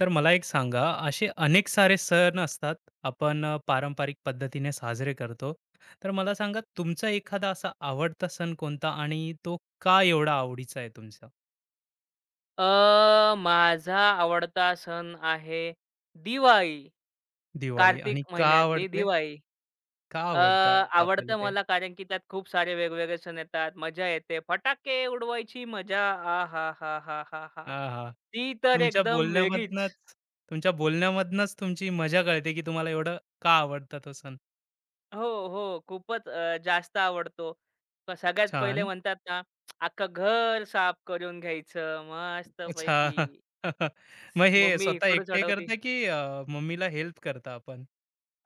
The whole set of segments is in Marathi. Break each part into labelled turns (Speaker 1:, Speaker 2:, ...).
Speaker 1: तर मला एक सांगा, असे अनेक सारे सण असतात, आपण पारंपरिक पद्धतीने साजरे करतो. तर मला सांगा, तुमचा एखादा असा आवडता सण कोणता आणि तो का एवढा आवडीचा आहे तुमचा?
Speaker 2: माझा आवडता सण आहे दिवाळी.
Speaker 1: दिवाळी आणि
Speaker 2: कार्तिक
Speaker 1: का
Speaker 2: महिन्यातली
Speaker 1: आवडते?
Speaker 2: दिवाळी.
Speaker 1: का
Speaker 2: अ,
Speaker 1: आवडतं आपल्याला
Speaker 2: आवडतं
Speaker 1: ते?
Speaker 2: मला कारण की त्यात खूप सारे वेगवेगळे सण येतात. मजा येते. फटाके उडवायची मजा आहाहाहाहाहा!
Speaker 1: हां, हां.
Speaker 2: ती तर
Speaker 1: तुमच्या
Speaker 2: एकदम वेगळीच.
Speaker 1: बोलण्यामधनंच तुमच्या बोलण्यामधनंच तुमची मजा कळते, की तुम्हाला एवढं का आवडतं तो सण?
Speaker 2: हो, हो. खूपच जास्त आवडतो. सगळ्यात पहिले
Speaker 1: छान.
Speaker 2: म्हणतात ना, अख्खं घर साफ करून घ्यायचं
Speaker 1: अच्छा.
Speaker 2: मस्तपैकी.
Speaker 1: मग हे
Speaker 2: मम्मी
Speaker 1: स्वतः
Speaker 2: इकडून
Speaker 1: एकटे
Speaker 2: चढवते.
Speaker 1: करता, की मम्मीला हेल्प करता आपण?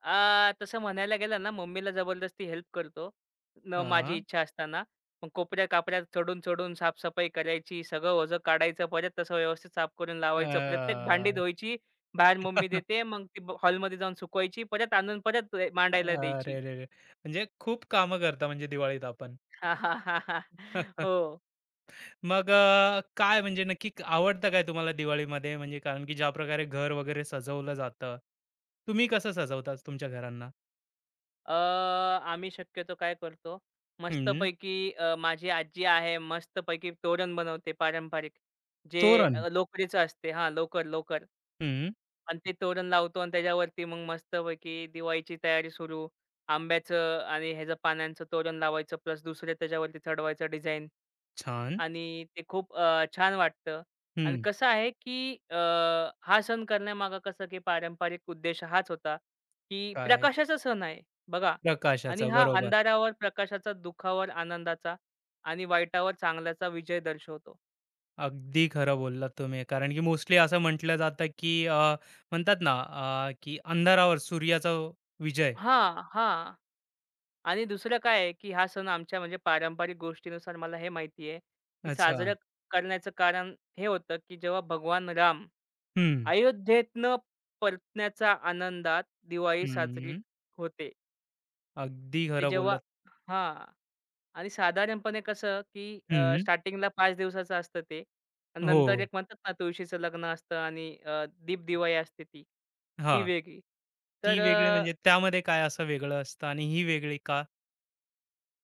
Speaker 2: तसं म्हणायला गेलं ना, मम्मीला जबरदस्ती हेल्प करतो. न माझी
Speaker 1: हां.
Speaker 2: इच्छा असताना. मग कोपऱ्या-कापऱ्यात चढून-चढून साफसफाई करायची, सगळं ओझं काढायचं, परत तसं व्यवस्थित साफ करून लावायचं. प्रत्येक
Speaker 1: अ,
Speaker 2: भांडी धुवायची, बाहेर मम्मी देते. मग ती हॉलमध्ये जाऊन सुकवायची, परत आणून परत मांडायला द्यायची.
Speaker 1: अरे रे रे! म्हणजे खूप कामं करता म्हणजे दिवाळीत आपण.
Speaker 2: हो.
Speaker 1: मग काय म्हणजे नक्की आवडतं काय तुम्हाला दिवाळीमध्ये? म्हणजे कारण की ज्या प्रकारे घर वगैरे सजवलं जातं, तुम्ही कसं सजवता तुमच्या घरांना?
Speaker 2: अ, आम्ही शक्यतो काय करतो,
Speaker 1: हं.
Speaker 2: मस्तपैकी माझी आजी आहे, मस्तपैकी तोरण बनवते पारंपरिक, जे
Speaker 1: तोरण.
Speaker 2: लोकरीचं असते हां, लोकर, लोकर.
Speaker 1: हं.
Speaker 2: आणि ते तोरण लावतो आणि त्याच्यावरती मग मस्तपैकी दिवाळीची तयारी सुरू. आंब्याचं आणि ह्याचं पानांचं तोरण लावायचं प्लस दुसरे त्याच्यावरती चढवायचं डिझाईन
Speaker 1: छान.
Speaker 2: आणि ते खूप छान वाटतं. आणि
Speaker 1: हं.
Speaker 2: कसं आहे, की हा सण करण्यामागे कसं, की पारंपरिक उद्देश हाच होता, की
Speaker 1: काय?
Speaker 2: प्रकाशाचा सण आहे बघा आणि
Speaker 1: प्रकाशाचं.
Speaker 2: हा
Speaker 1: बरोबर.
Speaker 2: अंधारावर प्रकाशाचा, दुःखावर आनंदाचा आणि वाईटावर चांगल्याचा विजय दर्शवतो.
Speaker 1: अगदी खरं बोललात तुम्ही. कारण की मोस्टली असं म्हटलं जातं की म्हणतात ना की अंधारावर सूर्याचा विजय.
Speaker 2: हां, हां. आणि दुसरं काय आहे, की हा सण आमच्या म्हणजे पारंपरिक गोष्टीनुसार मला हे माहिती आहे, की
Speaker 1: अच्छा.
Speaker 2: साजरं करण्याचं कारण हे होतं, की जेव्हा भगवान राम
Speaker 1: हं.
Speaker 2: अयोध्येतनं परतण्याच्या आनंदात दिवाळी साजरी
Speaker 1: हं.
Speaker 2: होते.
Speaker 1: अगदी
Speaker 2: ते
Speaker 1: खरं
Speaker 2: जेव्हा
Speaker 1: बोललात.
Speaker 2: हां. आणि साधारणपणे कसं, की
Speaker 1: हं.
Speaker 2: स्टार्टिंगला 5 दिवसाचं असतं ते. आणि नंतर
Speaker 1: हो.
Speaker 2: एक म्हणतात ना, तुळशीचं लग्न असतं आणि दीपदिवाळी असते ती,
Speaker 1: हा,
Speaker 2: ती वेगळी. तर
Speaker 1: ती वेगळी म्हणजे त्यामध्ये काय असं वेगळं असतं आणि ही वेगळी का?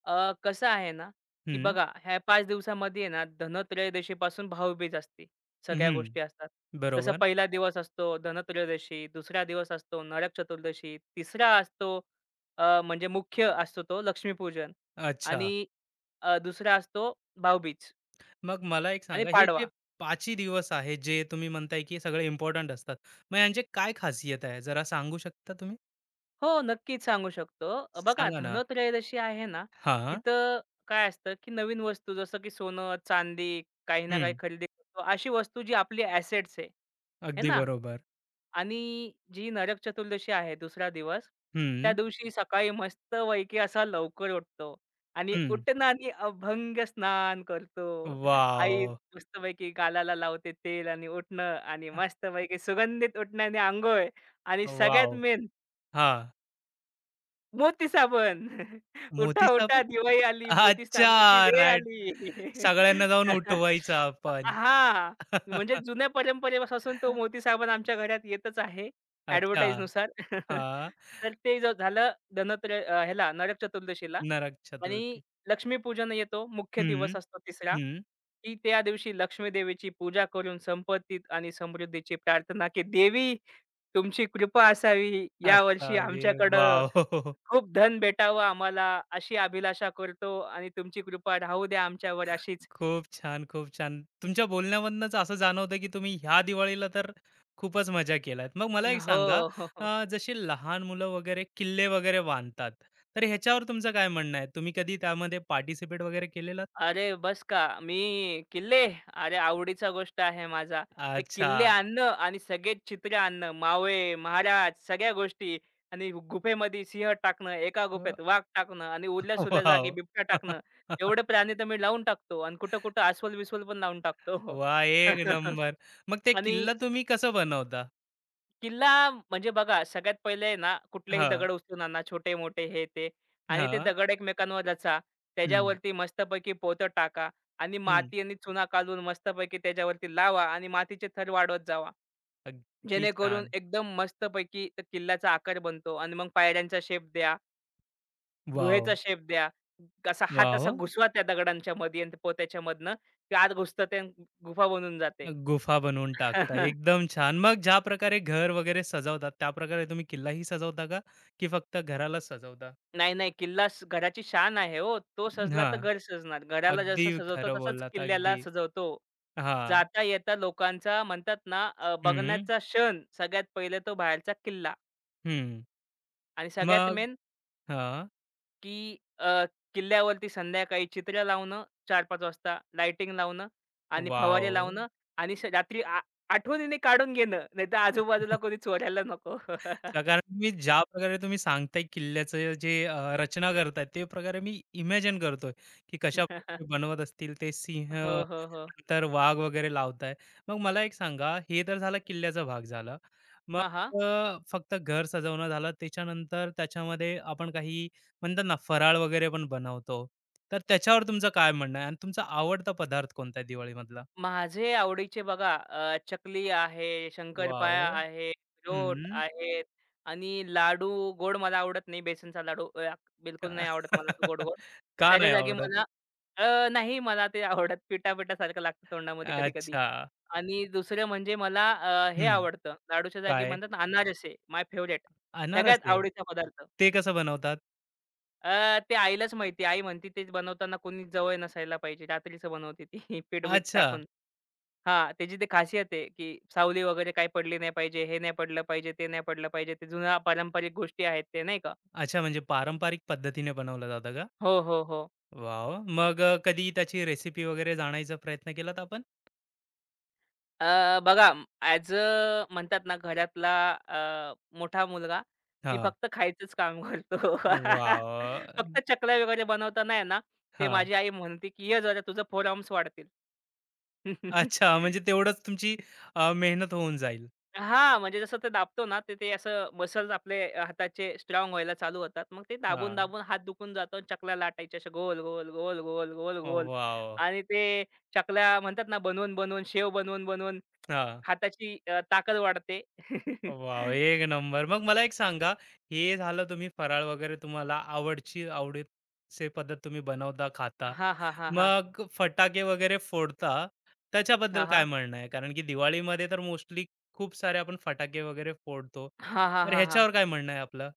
Speaker 2: कसं आहे ना, की
Speaker 1: हं.
Speaker 2: बघा ह्या 5 दिवसामध्ये आहे ना, धनत्रयोदशीपासून भाऊबीज असते. सगळ्या
Speaker 1: हं.
Speaker 2: गोष्टी असतात. जसं
Speaker 1: बरोबर.
Speaker 2: पहिला दिवस असतो धनत्रयोदशी, दुसरा दिवस असतो नरक चतुर्दशी, तिसरा असतो म्हणजे मुख्य असतो तो लक्ष्मीपूजन
Speaker 1: अच्छा.
Speaker 2: आणि दुसरा असतो भाऊबीज
Speaker 1: मग मला एक
Speaker 2: आणि
Speaker 1: सांगा हे जे
Speaker 2: पाडवा.
Speaker 1: 5ही दिवस आहे जे तुम्ही म्हणताय की सगळे इम्पोर्टंट असतात. मग यांचे काय खासियत आहे? जरा सांगू शकता तुम्ही?
Speaker 2: हो, नक्कीच सांगू शकतो. बघा
Speaker 1: सांगा ना.
Speaker 2: धनत्रयोदशी आहे ना,
Speaker 1: हां.
Speaker 2: तिथं काय असतं, की नवीन वस्तू जसं की सोनं, चांदी काही ना काही
Speaker 1: हं.
Speaker 2: खरेदी करतो. अशी वस्तू जी आपली ॲसेट्स आहे. आहे
Speaker 1: अगदी
Speaker 2: ना?
Speaker 1: बरोबर.
Speaker 2: आणि जी नरक चतुर्दशी आहे दुसरा दिवस, त्या
Speaker 1: हं.
Speaker 2: दिवशी सकाळी मस्तपैकी असा लवकर उठतो आणि
Speaker 1: हं.
Speaker 2: उठताना अभंग स्नान करतो. आई
Speaker 1: वॉव!
Speaker 2: मस्तपैकी गालाला लावते तेल आणि उठणं आणि मस्तपैकी सुगंधित उठण्याने अंघोळ आणि
Speaker 1: वॉव!
Speaker 2: सगळ्यात मेन
Speaker 1: हां.
Speaker 2: मोती साबण. उठा,
Speaker 1: मोतीचा पण?
Speaker 2: उठा दिवाळी आली, मोती
Speaker 1: अच्छा.
Speaker 2: साबणाची वेळ
Speaker 1: राइट.
Speaker 2: आली.
Speaker 1: सगळ्यांना जाऊन उठवायचा आपण.
Speaker 2: हां, म्हणजे जुन्या परंपरेपासून तो मोती साबण आमच्या घरात येतच आहे
Speaker 1: अच्छा.
Speaker 2: एडव्हर्टाइजनुसार.
Speaker 1: हां.
Speaker 2: तर ते झालं ह्याला नरक चतुर्दशीला
Speaker 1: नरक
Speaker 2: आणि
Speaker 1: चतुर्थी.
Speaker 2: लक्ष्मीपूजन येतो. मुख्य दिवस
Speaker 1: हं,
Speaker 2: असतो तिसरा,
Speaker 1: हं.
Speaker 2: की त्या दिवशी लक्ष्मीदेवीची पूजा करून संपत्तीत आणि समृद्धीची प्रार्थना, की "देवी तुमची कृपा असावी यावर्षी
Speaker 1: असावे.
Speaker 2: आमच्याकडं."
Speaker 1: वॉव!
Speaker 2: खूप धन भेटावं आम्हाला अशी अभिलाषा करतो आणि तुमची कृपा राहू द्या आमच्यावर अशीच.
Speaker 1: खूप छान, खूप छान. तुमच्या बोलण्यामधूनच असं जाणवतं, की तुम्ही ह्या दिवाळीला तर खूपच मजा केलात. मग मला एक
Speaker 2: हो,
Speaker 1: सांगा,
Speaker 2: हो, हो.
Speaker 1: जसे लहान मुलं वगैरे किल्ले वगैरे बांधतात, तर ह्याच्यावर तुमचं काय म्हणणं आहे? तुम्ही कधी त्यामध्ये पार्टिसिपेट वगैरे केलेलात?
Speaker 2: अरे बस का, मी किल्ले, अरे आवडीचा गोष्ट आहे माझा. ते
Speaker 1: अच्छा.
Speaker 2: किल्ले आणणं आणि सगळेच चित्र आणणं, मावळे, महाराज सगळ्या गोष्टी आणि गुफेमध्ये सिंह टाकणं, एका
Speaker 1: अ,
Speaker 2: गुफेत वाघ टाकणं आणि उरल्या-सुरल्या जागी
Speaker 1: वॉव!
Speaker 2: बिबट्या टाकणं.
Speaker 1: वाह!
Speaker 2: एवढे प्राणी तर मी लावून टाकतो आणि कुठं-कुठं अस्वल-बिस्वल पण लावून टाकतो.
Speaker 1: एक नंबर. मग ते
Speaker 2: आणि
Speaker 1: किल्ला तुम्ही कसं बनवता?
Speaker 2: किल्ला म्हणजे बघा, सगळ्यात पहिले ना कुठलेही
Speaker 1: हां,
Speaker 2: दगड उचलून आणा, छोटे-मोठे, हे ते आणि ते
Speaker 1: हां.
Speaker 2: दगड एकमेकांवर रचा.
Speaker 1: हं,
Speaker 2: त्याच्यावरती मस्तपैकी पोतं टाका आणि
Speaker 1: हं.
Speaker 2: माती आणि चुना काढून मस्तपैकी त्याच्यावरती लावा आणि मातीचे थर वाढवत जावा.
Speaker 1: अगदी
Speaker 2: जेणेकरून
Speaker 1: छान.
Speaker 2: एकदम मस्तपैकी त्या किल्ल्याचा आकार बनतो आणि मग पायऱ्यांचा शेप द्या, गुहेचा
Speaker 1: वॉव!
Speaker 2: शेप द्या. असा हात असा
Speaker 1: वाह!
Speaker 2: घुसवा त्या दगडांच्या मध्ये आणि त्या पोत्याच्या मधनं, ते आत घुसतं ते गुफा बनून जाते.
Speaker 1: गुफा बनवून टाकता. एकदम छान. मग ज्या प्रकारे घर वगैरे सजवतात, त्याप्रकारे तुम्ही किल्लाही सजवता का? की फक्त घरालाच सजवता?
Speaker 2: नाही, नाही. किल्ला घराची शान आहे हो. तो सजला
Speaker 1: हां.
Speaker 2: तर घर सजणार. घराला
Speaker 1: अगदी
Speaker 2: जसं सजवतो
Speaker 1: खरं
Speaker 2: तसंच
Speaker 1: बोललात.
Speaker 2: किल्ल्याला
Speaker 1: अगदी.
Speaker 2: सजवतो.
Speaker 1: हां.
Speaker 2: जाता येता लोकांचा म्हणतात ना
Speaker 1: हं,
Speaker 2: बघण्याचा क्षण सगळ्यात पहिले तो बाहेरचा किल्ला
Speaker 1: हं.
Speaker 2: आणि सगळ्यात
Speaker 1: मग
Speaker 2: मेन
Speaker 1: हां.
Speaker 2: की किल्ल्यावरती संध्याकाळी चित्र लावणं 4-5 वाजता लाइटिंग लावणं आणि फवारे
Speaker 1: वॉव!
Speaker 2: लावणं आणि रात्री आठवणीने काढून घेणं. नाहीतर आजूबाजूला कोणी चोरायला नको.
Speaker 1: कारण मी ज्या प्रकारे तुम्ही सांगताय किल्ल्याचं जे रचना करताय ते प्रकारे मी इमॅजिन करतोय, की कशा प्रकारे बनवत असतील ते सिंह,
Speaker 2: हो, हो, हो.
Speaker 1: नंतर वाघ वगैरे लावताय. मग मला एक सांगा, हे तर झाला किल्ल्याचा भाग झाला. मग
Speaker 2: हां, हां.
Speaker 1: फक्त घर सजवणं झालं, त्याच्यानंतर त्याच्यामध्ये आपण काही म्हणतात ना फराळ वगैरे पण बनवतो. तर त्याच्यावर तुमचं काय म्हणणं आहे आणि तुमचा आवडता पदार्थ कोणता आहे दिवाळीमधला?
Speaker 2: माझे आवडीचे बघा चकली आहे,
Speaker 1: वॉव!
Speaker 2: शंकरपाळ्या आहे, रोट
Speaker 1: हं.
Speaker 2: आहेत आणि लाडू गोड मला आवडत नाही. बेसनचा लाडू बिलकुल नाही आवडत मला तो गोड-गोड.
Speaker 1: का
Speaker 2: त्याच्या
Speaker 1: नाही
Speaker 2: जागी
Speaker 1: आवडत?
Speaker 2: मला नाही मला ते आवडत पिठा-पिठासारखं लागतं तोंडामध्ये कधी-कधी.
Speaker 1: अच्छा.
Speaker 2: आणि दुसरं म्हणजे मला हे
Speaker 1: हं,
Speaker 2: आवडतं लाडूच्या जागी
Speaker 1: काय?
Speaker 2: म्हणतात ना अनारसे माय फेव्हरेट.
Speaker 1: अनारस
Speaker 2: सगळ्यात
Speaker 1: आहे.
Speaker 2: आवडीचा पदार्थ.
Speaker 1: ते कसं बनवतात?
Speaker 2: ते आईलाच माहिती. आई म्हणते ते बनवताना कोणी जवळ नसायला पाहिजे. रात्रीचं बनवते ती पीठ-बीठ
Speaker 1: अच्छा,
Speaker 2: टाकून. हां, त्याची ती खासियत आहे, की सावली वगैरे काही पडली नाही पाहिजे, हे नाही पडलं पाहिजे, ते नाही पडलं पाहिजे. ते जुन्या पारंपरिक गोष्टी आहेत ते नाही का.
Speaker 1: अच्छा म्हणजे पारंपरिक पद्धतीने बनवलं जातं का?
Speaker 2: हो, हो, हो.
Speaker 1: वाव मग कधी त्याची रेसिपी वगैरे जाणायचा प्रयत्न केलात आपण?
Speaker 2: बघा ॲज म्हणतात ना घरातला अ, मोठा मुलगा, मी
Speaker 1: हां.
Speaker 2: फक्त खायचंच काम करतो.
Speaker 1: वाव
Speaker 2: फक्त चकल्या वगैरे बनवताना आहे ना, ते माझी आई म्हणते, की "ये जरा तुझं 4 आर्म्स वाढतील."
Speaker 1: अच्छा म्हणजे तेवढंच तुमची मेहनत होऊन जाईल.
Speaker 2: हां, म्हणजे जसं ते दाबतो ना, तर ते असं मसल्स आपले हाताचे स्ट्राँग व्हायला चालू होतात. मग ते
Speaker 1: हां.
Speaker 2: दाबून-दाबून हात दुखून जातो आणि चकल्या लाटायच्या अशा गोल-गोल, गोल-गोल, गोल-गोल
Speaker 1: वाव
Speaker 2: आणि ते चकल्या म्हणतात ना, बनवून-बनवून, शेव बनवून-बनवून
Speaker 1: हां.
Speaker 2: हाताची ताकद वाढते.
Speaker 1: वॉव! एक नंबर. मग मला एक सांगा, हे झालं तुम्ही फराळ वगैरे तुम्हाला आवडीची पद्धत तुम्ही बनवता, खाता.
Speaker 2: हां, हां, हां, हां.
Speaker 1: मग फटाके वगैरे फोडता, त्याच्याबद्दल
Speaker 2: हां,
Speaker 1: काय
Speaker 2: हां.
Speaker 1: म्हणणं आहे? कारण की दिवाळीमध्ये तर मोस्टली खूप सारे आपण फटाके वगैरे फोडतो.
Speaker 2: हां, हां,
Speaker 1: तर
Speaker 2: हां, हां.
Speaker 1: ह्याच्यावर काय म्हणणं आहे आपलं?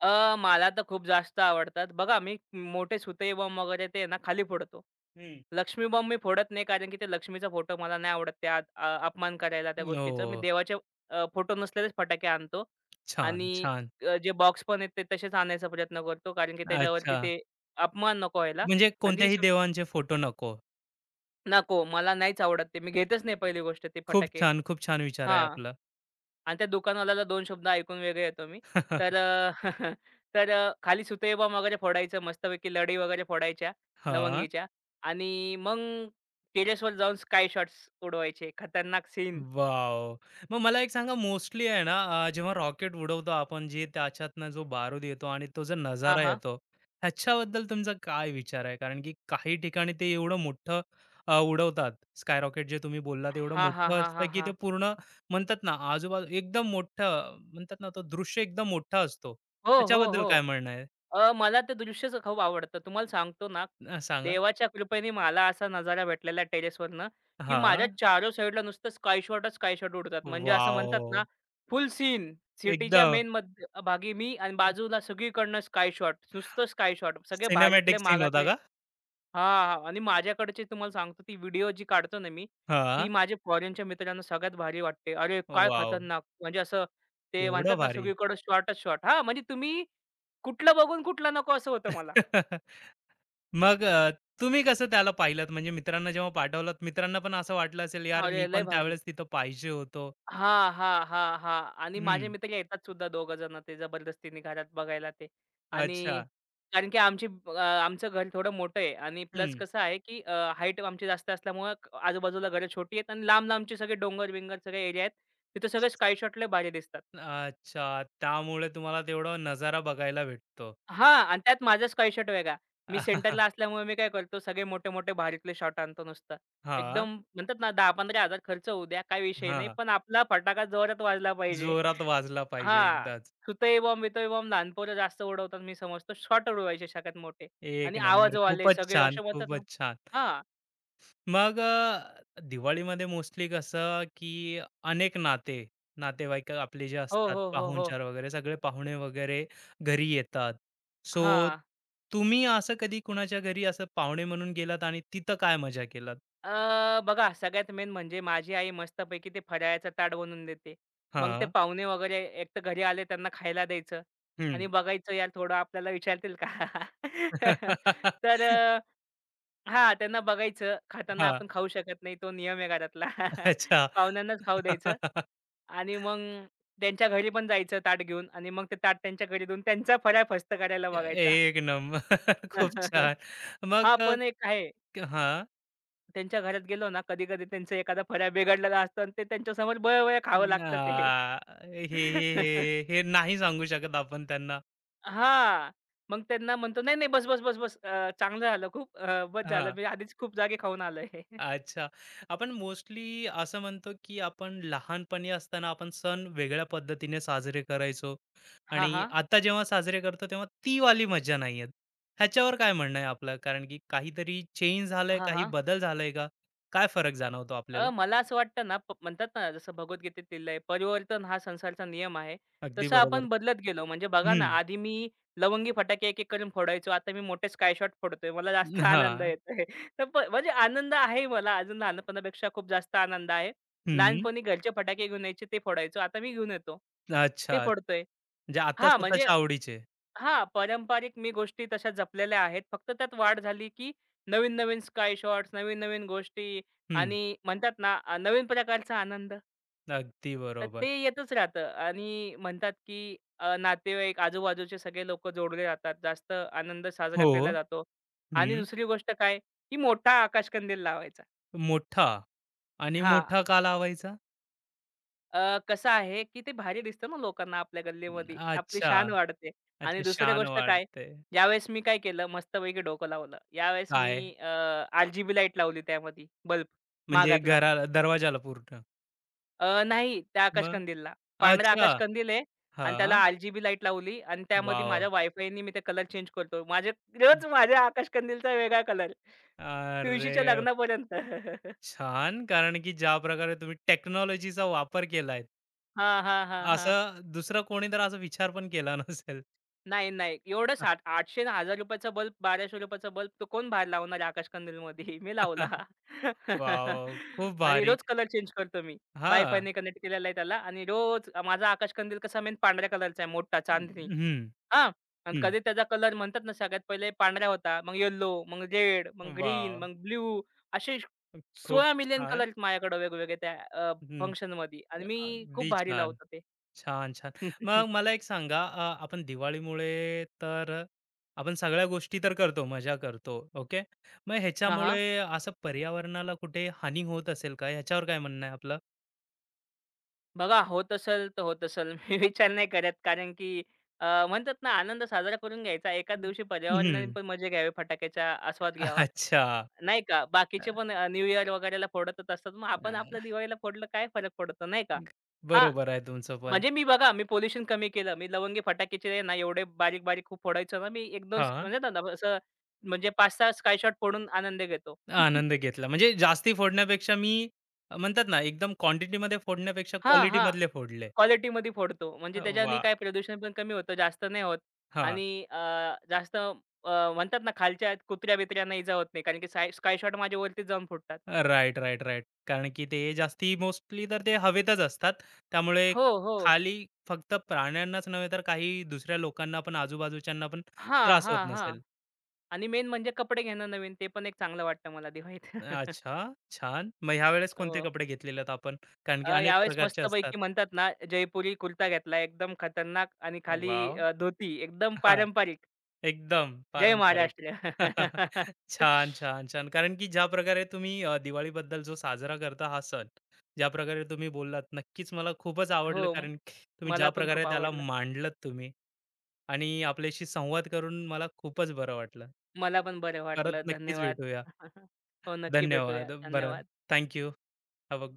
Speaker 2: मला तर खूप जास्त आवडतात. बघा मी मोठे सुतई बॉम्ब वगैरे ते ना खाली फोडतो.
Speaker 1: हं.
Speaker 2: लक्ष्मी बॉम्ब मी फोडत नाही कारण की ते लक्ष्मीचा फोटो मला नाही आवडत त्या अपमान करायला त्या गोष्टीचं.
Speaker 1: हो.
Speaker 2: मी देवाचे फोटो नसलेलेच फटाके आणतो
Speaker 1: छान,
Speaker 2: आणि
Speaker 1: छान.
Speaker 2: जे बॉक्स पण आहेत ते तसेच आणायचा प्रयत्न करतो कारण की
Speaker 1: अच्छा.
Speaker 2: त्याच्यावरती ते अपमान नको व्हायला
Speaker 1: म्हणजे
Speaker 2: आणि
Speaker 1: कोणत्याही देवांचे फोटो नको.
Speaker 2: नको मला नाहीच आवडत ते. मी घेतच नाही पहिली गोष्ट ते
Speaker 1: खूप
Speaker 2: फटाके.
Speaker 1: छान, खूप छान विचार आहे
Speaker 2: हां.
Speaker 1: आपला.
Speaker 2: आणि त्या दुकानवाल्याला दोन शब्द ऐकून वेगळे येतो मी. तर तर खाली सुतैवाम वगैरे फोडायचं मस्तपैकी लढी वगैरे फोडायच्या
Speaker 1: हां.
Speaker 2: लवंगीच्या आणि मग टेरेसवर जाऊन स्काय शॉट्स उडवायचे. खतरनाक सीन.
Speaker 1: वॉव! मग मला एक सांगा मोस्टली आहे ना जेव्हा रॉकेट उडवतो आपण जे त्याच्यातनं जो बारूद येतो आणि तो जो
Speaker 2: हां,
Speaker 1: नजारा
Speaker 2: हां.
Speaker 1: येतो, ह्याच्याबद्दल तुमचा काय विचार आहे? कारण की काही ठिकाणी ते एवढं मोठं उडवतात. स्काय रॉकेट जे तुम्ही बोललात एवढं
Speaker 2: हां, हां,
Speaker 1: मोठं
Speaker 2: हां,
Speaker 1: असतं,
Speaker 2: हां,
Speaker 1: की ते
Speaker 2: हां.
Speaker 1: पूर्ण म्हणतात ना आजूबाजू एकदम मोठं म्हणतात ना तो दृश्य एकदम मोठा असतो.
Speaker 2: हो, हो,
Speaker 1: त्याच्याबद्दल काय
Speaker 2: हो.
Speaker 1: म्हणणं आहे?
Speaker 2: मला ते दृश्यच खूप आवडतं. तुम्हाला सांगतो ना,
Speaker 1: सांगा?
Speaker 2: देवाच्या कृपेने मला असा नजारा भेटलेला टेरेसवरनं, की माझ्या
Speaker 1: हां.
Speaker 2: चारो साइडला नुसतं स्काय शॉटच स्काय शॉट उडतात. म्हणजे असं म्हणतात ना,
Speaker 1: वॉव!
Speaker 2: फुल सीन. सिटीच्या
Speaker 1: एकदम
Speaker 2: मेन मध्य भागी मी आणि बाजूला सगळीकडनं स्काय शॉट. नुसतं स्काय शॉट. सगळे भारीतले,
Speaker 1: सिनेमॅटिक सीन होता
Speaker 2: मागातले
Speaker 1: का?
Speaker 2: हां, हां. आणि माझ्याकडची तुम्हाला सांगतो ती व्हिडिओ जी काढतो ना मी,
Speaker 1: हां.
Speaker 2: ती माझ्या फॉरेनच्या मित्रांना सगळ्यात भारी वाटते. अरे, काय
Speaker 1: वॉव!
Speaker 2: खतरनाक! म्हणजे असं ते
Speaker 1: एवढं
Speaker 2: म्हणतात ना
Speaker 1: भारी.
Speaker 2: सगळीकडे शॉटच शॉट. हां, म्हणजे तुम्ही कुठलं बघून कुठलं नको असं होतं मला.
Speaker 1: मग तुम्ही कसं त्याला पाहिलात? म्हणजे मित्रांना जेव्हा पाठवलात, मित्रांना पण असं वाटलं असेल, "यार, मी
Speaker 2: अरे, लय
Speaker 1: पण
Speaker 2: भारी!
Speaker 1: त्यावेळेस तिथं पाहिजे होतो."
Speaker 2: हां, हां, हां, हां. आणि माझे
Speaker 1: हं.
Speaker 2: मित्र येतात सुद्धा दोघं जण ते जबरदस्तीने घरात बघायला ते. आणि
Speaker 1: अच्छा.
Speaker 2: कारण की आमची आमचं घर थोडं मोठं आहे आणि प्लस
Speaker 1: हं.
Speaker 2: कसं आहे की हाईट आमची जास्त असल्यामुळं आजूबाजूला घरं छोटी आहेत आणि लांब-लांबचे सगळे डोंगर-बिंगर सगळे एरिया आहेत. तिथे सगळे स्काय शॉट भारी दिसतात.
Speaker 1: अच्छा. त्यामुळे तुम्हाला तेवढा नजारा बघायला भेटतो.
Speaker 2: हां. आणि त्यात माझा स्काय शॉट वेगळा. मी सेंटरला असल्यामुळे मी काय करतो सगळे मोठे-मोठे भारीतले शॉट आणतो नुसतं.
Speaker 1: हां,
Speaker 2: एकदम म्हणतात ना 10,000-15,000 खर्च होऊ द्या, काही विषय नाही.
Speaker 1: हां.
Speaker 2: पण आपला फटाका जोरात वाजला पाहिजे.
Speaker 1: जोरात वाजला पाहिजे
Speaker 2: हां.
Speaker 1: एकदाच.
Speaker 2: सुतई बॉम्ब, बितई बॉम्ब लहान पोरं जास्त उडवतात मी समजतो. शॉट उडवायचे सगळ्यात मोठे
Speaker 1: एक
Speaker 2: आणि
Speaker 1: नंबर.
Speaker 2: आवाजवाले
Speaker 1: खूपच
Speaker 2: सगळे
Speaker 1: छान,
Speaker 2: असे म्हणतात ना
Speaker 1: खूपच छान.
Speaker 2: हां.
Speaker 1: मग दिवाळीमध्ये मोस्टली कसं की अनेक नातेवाईक आपले जे
Speaker 2: हो,
Speaker 1: असतात
Speaker 2: हो, हो, हो.
Speaker 1: पाहुणचार वगैरे सगळे पाहुणे वगैरे घरी येतात, सो
Speaker 2: हां.
Speaker 1: तुम्ही असं कधी कुणाच्या घरी असं पाहुणे म्हणून गेलात आणि तिथं काय मजा केलात?
Speaker 2: बघा सगळ्यात मेन म्हणजे माझी आई मस्तपैकी ते फराळाचं ताट बनवून देते. मग ते
Speaker 1: हा.
Speaker 2: पाहुणे वगैरे एक तर घरी आले त्यांना खायला द्यायचं
Speaker 1: हम्म.
Speaker 2: आणि बघायचं यार थोडं आपल्याला विचारतील का? तर हां, त्यांना बघायचं. खाताना
Speaker 1: हा.
Speaker 2: आपण खाऊ शकत नाही तो नियम आहे घरातला.
Speaker 1: अच्छा.
Speaker 2: पाहुण्यांनाच खाऊ द्यायचं आणि मग त्यांच्या घरी पण जायचं ताट घेऊन आणि मग ते ताट त्यांच्या घरी देऊन त्यांचा फराळ फस्त करायला बघायचा.
Speaker 1: एक नंबर. खूप छान. मग
Speaker 2: हां, पण एक आहे
Speaker 1: हा
Speaker 2: त्यांच्या घरात गेलो ना, कधी-कधी त्यांचा एखादा फराळ बिघडलेला असतो आणि ते त्यांच्यासमोर बळं-बळं खावं
Speaker 1: ना,
Speaker 2: लागतं ते.
Speaker 1: हे हे हे हे नाही सांगू शकत आपण त्यांना.
Speaker 2: हां. मग त्यांना म्हणतो, "नाही, नाही, बस, बस, बस, बस. चांगलं झालं खूप. बस झालं. मी आधीच खूप जागे खाऊन आलोय."
Speaker 1: अच्छा. आपण मोस्टली असं म्हणतो, की आपण लहानपणी असताना आपण सण वेगळ्या पद्धतीने साजरे करायचो
Speaker 2: हां,
Speaker 1: आणि
Speaker 2: हां.
Speaker 1: आता जेव्हा साजरे करतो तेव्हा ती वाली मजा नाही येत. ह्याच्यावर काय म्हणणं आहे आपलं? कारण की काहीतरी चेंज झालंय,
Speaker 2: हां,
Speaker 1: काही
Speaker 2: हां.
Speaker 1: बदल झालाय का? काय फरक जाणवतो आपल्याला?
Speaker 2: मला असं वाटतं ना, म्हणतात ना, जसं भगवद्गीतेत लिहिलंय, परिवर्तन हा संसारचा नियम आहे.
Speaker 1: अगदी
Speaker 2: तसं
Speaker 1: बरोबर.
Speaker 2: आपण बदलत गेलो. म्हणजे बघा ना,
Speaker 1: हं.
Speaker 2: आधी मी लवंगी फटाके एक-एक करून फोडायचो. आता मी मोठे स्काय शॉट फोडतोय. मला जास्त आनंद
Speaker 1: हां.
Speaker 2: येतोय. तर म्हणजे आनंद आहे मला अजून लहानपणापेक्षा खूप जास्त आनंद आहे.
Speaker 1: हं.
Speaker 2: लहानपणी घरचे फटाके घेऊन यायचे ते फोडायचो. आता मी घेऊन येतो. ते
Speaker 1: अच्छा.
Speaker 2: फोडतोय.
Speaker 1: म्हणजे आता
Speaker 2: हां, म्हणजे
Speaker 1: स्वतःच्या आवडीचे.
Speaker 2: हां, पारंपरिक मी गोष्टी तशा जपलेल्या आहेत. फक्त त्यात वाढ झाली, की नवीन-नवीन स्काय शॉट्स, नवीन-नवीन गोष्टी
Speaker 1: हं.
Speaker 2: आणि म्हणतात ना, नवीन प्रकारचा आनंद.
Speaker 1: अगदी
Speaker 2: तर
Speaker 1: बरोबर.
Speaker 2: ते येतच राहतं आणि म्हणतात, की नातेवाईक, आजूबाजूचे सगळे लोकं जोडले जातात. जास्त आनंद साजरा
Speaker 1: हो.
Speaker 2: केला जातो आणि
Speaker 1: हं.
Speaker 2: दुसरी गोष्ट काय, की मोठा आकाशकंदील लावायचा.
Speaker 1: मोठा आणि
Speaker 2: हां.
Speaker 1: मोठा का लावायचा?
Speaker 2: कसं आहे, की ते भारी दिसतं ना लोकांना आपल्या गल्लीमध्ये. आपली
Speaker 1: अच्छा.
Speaker 2: शान वाढते आणि
Speaker 1: अच्छा,
Speaker 2: दुसरी
Speaker 1: शान
Speaker 2: गोष्ट काय,
Speaker 1: वाटते.
Speaker 2: ज्यावेळेस मी काय केलं, मस्तपैकी डोकं लावलं. यावेळेस मी
Speaker 1: काय?
Speaker 2: अ, आर-जी-बी लाईट लावली त्यामध्ये बल्ब
Speaker 1: म्हणजे
Speaker 2: माघातला.
Speaker 1: घराला दरवाजाला पूर्ण?
Speaker 2: नाही त्या
Speaker 1: मग?
Speaker 2: आकाशकंदीलला. पांढरा
Speaker 1: अच्छा.
Speaker 2: आकाशकंदील आहे आणि त्याला
Speaker 1: हां.
Speaker 2: आर लाईट लावली आणि त्यामध्ये
Speaker 1: वॉव!
Speaker 2: माझ्या वायफायनी मी ते कलर चेंज करतो. माझे रोज माझ्या आकाशकंदीलचा वेगळा कलर. तुळशीच्या
Speaker 1: अरे,
Speaker 2: लग्नापर्यंत.
Speaker 1: छान. कारण की ज्या प्रकारे तुम्ही टेक्नॉलॉजीचा वापर केलाय,
Speaker 2: हां, हां, हां, हां.
Speaker 1: असं दुसरा कोणी तर असा विचार पण केला नसेल.
Speaker 2: नाही, नाही. एवढं साठ 800 ना ₹1000 बल्ब, ₹1200 बल्ब तो कोण बाहेर लावणार आकाश कंदीलमध्ये? मी लावला.
Speaker 1: वॉव! खूप
Speaker 2: आणि
Speaker 1: भारी.
Speaker 2: रोज कलर चेंज करतो मी.
Speaker 1: हां.
Speaker 2: वायफायने कनेक्ट केलेला आहे त्याला आणि रोज माझा आकाश कंदील कसा मेन पांढऱ्या कलरचा आहे मोठा
Speaker 1: हं,
Speaker 2: चांदणी.
Speaker 1: हं.
Speaker 2: हां. आणि
Speaker 1: हं.
Speaker 2: कधी त्याचा कलर म्हणतात ना सगळ्यात पहिले पांढरा होता, मग येलो, मग रेड, मग ग्रीन,
Speaker 1: वॉव!
Speaker 2: मग ब्लू असे
Speaker 1: खूप
Speaker 2: 16 मिलियन
Speaker 1: छान.
Speaker 2: कलर माझ्याकडे वेगवेगळे त्या
Speaker 1: हं.
Speaker 2: फंक्शनमध्ये आणि मी खूप
Speaker 1: अगदी
Speaker 2: भारी
Speaker 1: छान.
Speaker 2: लावतो ते.
Speaker 1: छान, छान. मग मला एक सांगा आपण दिवाळीमुळे तर आपण सगळ्या गोष्टी तर करतो, मजा करतो, ओके. मग
Speaker 2: हां, हां.
Speaker 1: ह्याच्यामुळे असं पर्यावरणाला कुठे हानी होत असेल का? ह्याच्यावर काय म्हणणं आहे आपलं?
Speaker 2: बघा होत असेल तर होत असेल. मी विचार नाही करत कारण की म्हणतात ना आनंद साजरा करून घ्यायचा. एकाच
Speaker 1: हं.
Speaker 2: दिवशी पर्यावरणाने पण मजे घ्यावे, फटाक्याचा आस्वाद घ्यावा,
Speaker 1: अच्छा.
Speaker 2: नाही का?
Speaker 1: अ,
Speaker 2: बाकीचे पण न्यू इयर वगैरेला फोडतच असतात. मग
Speaker 1: अ,
Speaker 2: आपण आपल्या दिवाळीला फोडलं काय फरक पडतो, नाही का?
Speaker 1: ग
Speaker 2: हां,
Speaker 1: बरोबर आहे तुमचं पण.
Speaker 2: म्हणजे मी बघा मी पोल्युशन कमी केलं. मी लवंगी फटाक्याचे ना एवढे बारीक-बारीक खूप फोडायचो ना मी 1-2
Speaker 1: हां.
Speaker 2: म्हणजे ना असं म्हणजे 5-6 स्कायशॉट फोडून आनंद घेतो.
Speaker 1: आनंद घेतला. म्हणजे जास्ती फोडण्यापेक्षा मी म्हणतात ना, एकदम क्वांटिटीमध्ये फोडण्यापेक्षा
Speaker 2: हां, हां.
Speaker 1: क्वालिटीमधले फोडले.
Speaker 2: क्वालिटीमध्ये फोडतो. म्हणजे त्याच्याने
Speaker 1: वाह!
Speaker 2: काय प्रदूषण पण कमी होतं, जास्त नाही होत
Speaker 1: हां.
Speaker 2: आणि जास्त म्हणतात ना खालच्या कुत्र्या-बित्र्यांना इजा होत नाही. कारण की स्काय शॉट माझ्या वरतीच जाऊन फुटतात.
Speaker 1: Right, right, right. कारण की ते जास्ती मोस्टली तर ते हवेतच असतात. त्यामुळे
Speaker 2: हो, हो.
Speaker 1: खाली फक्त प्राण्यांनाच नव्हे तर काही दुसऱ्या लोकांना पण, आजूबाजूच्यांना पण
Speaker 2: हां,
Speaker 1: त्रास होत
Speaker 2: हां, हां.
Speaker 1: नसेल.
Speaker 2: आणि मेन म्हणजे कपडे घेणं नवीन ते पण एक चांगलं वाटतं मला दिवाळीत.
Speaker 1: अच्छा, छान. मग ह्यावेळेस कोणते
Speaker 2: हो.
Speaker 1: कपडे घेतलेलेत आपण? कारण की अनेक
Speaker 2: यावेळेस
Speaker 1: प्रकारचे असतात.
Speaker 2: मस्तपैकी म्हणतात ना जयपुरी कुर्ता घेतला एकदम खतरनाक आणि खाली
Speaker 1: वॉव!
Speaker 2: धोती एकदम
Speaker 1: हां,
Speaker 2: पारंपरिक.
Speaker 1: एकदम
Speaker 2: जय
Speaker 1: पारंपरिक.
Speaker 2: महाराष्ट्र.
Speaker 1: छान, छान, छान. कारण की ज्या प्रकारे तुम्ही दिवाळीबद्दल जो साजरा करता हा सण, ज्या प्रकारे तुम्ही बोललात, नक्कीच मला खूपच आवडलं.
Speaker 2: हो.
Speaker 1: कारण की तुम्ही ज्या
Speaker 2: मला पण
Speaker 1: प्रकारे
Speaker 2: खूप
Speaker 1: त्याला
Speaker 2: आवडलं.
Speaker 1: मांडलत तुम्ही आणि आपल्याशी संवाद करून मला खूपच बरं वाटलं.
Speaker 2: मला पण बरं
Speaker 1: परत
Speaker 2: वाटलं.
Speaker 1: नक्कीच
Speaker 2: धन्यवाद.
Speaker 1: भेटूया.
Speaker 2: हो, नक्की
Speaker 1: धन्यवाद.
Speaker 2: भेटूया.
Speaker 1: बरं,
Speaker 2: धन्यवाद.
Speaker 1: Thank have a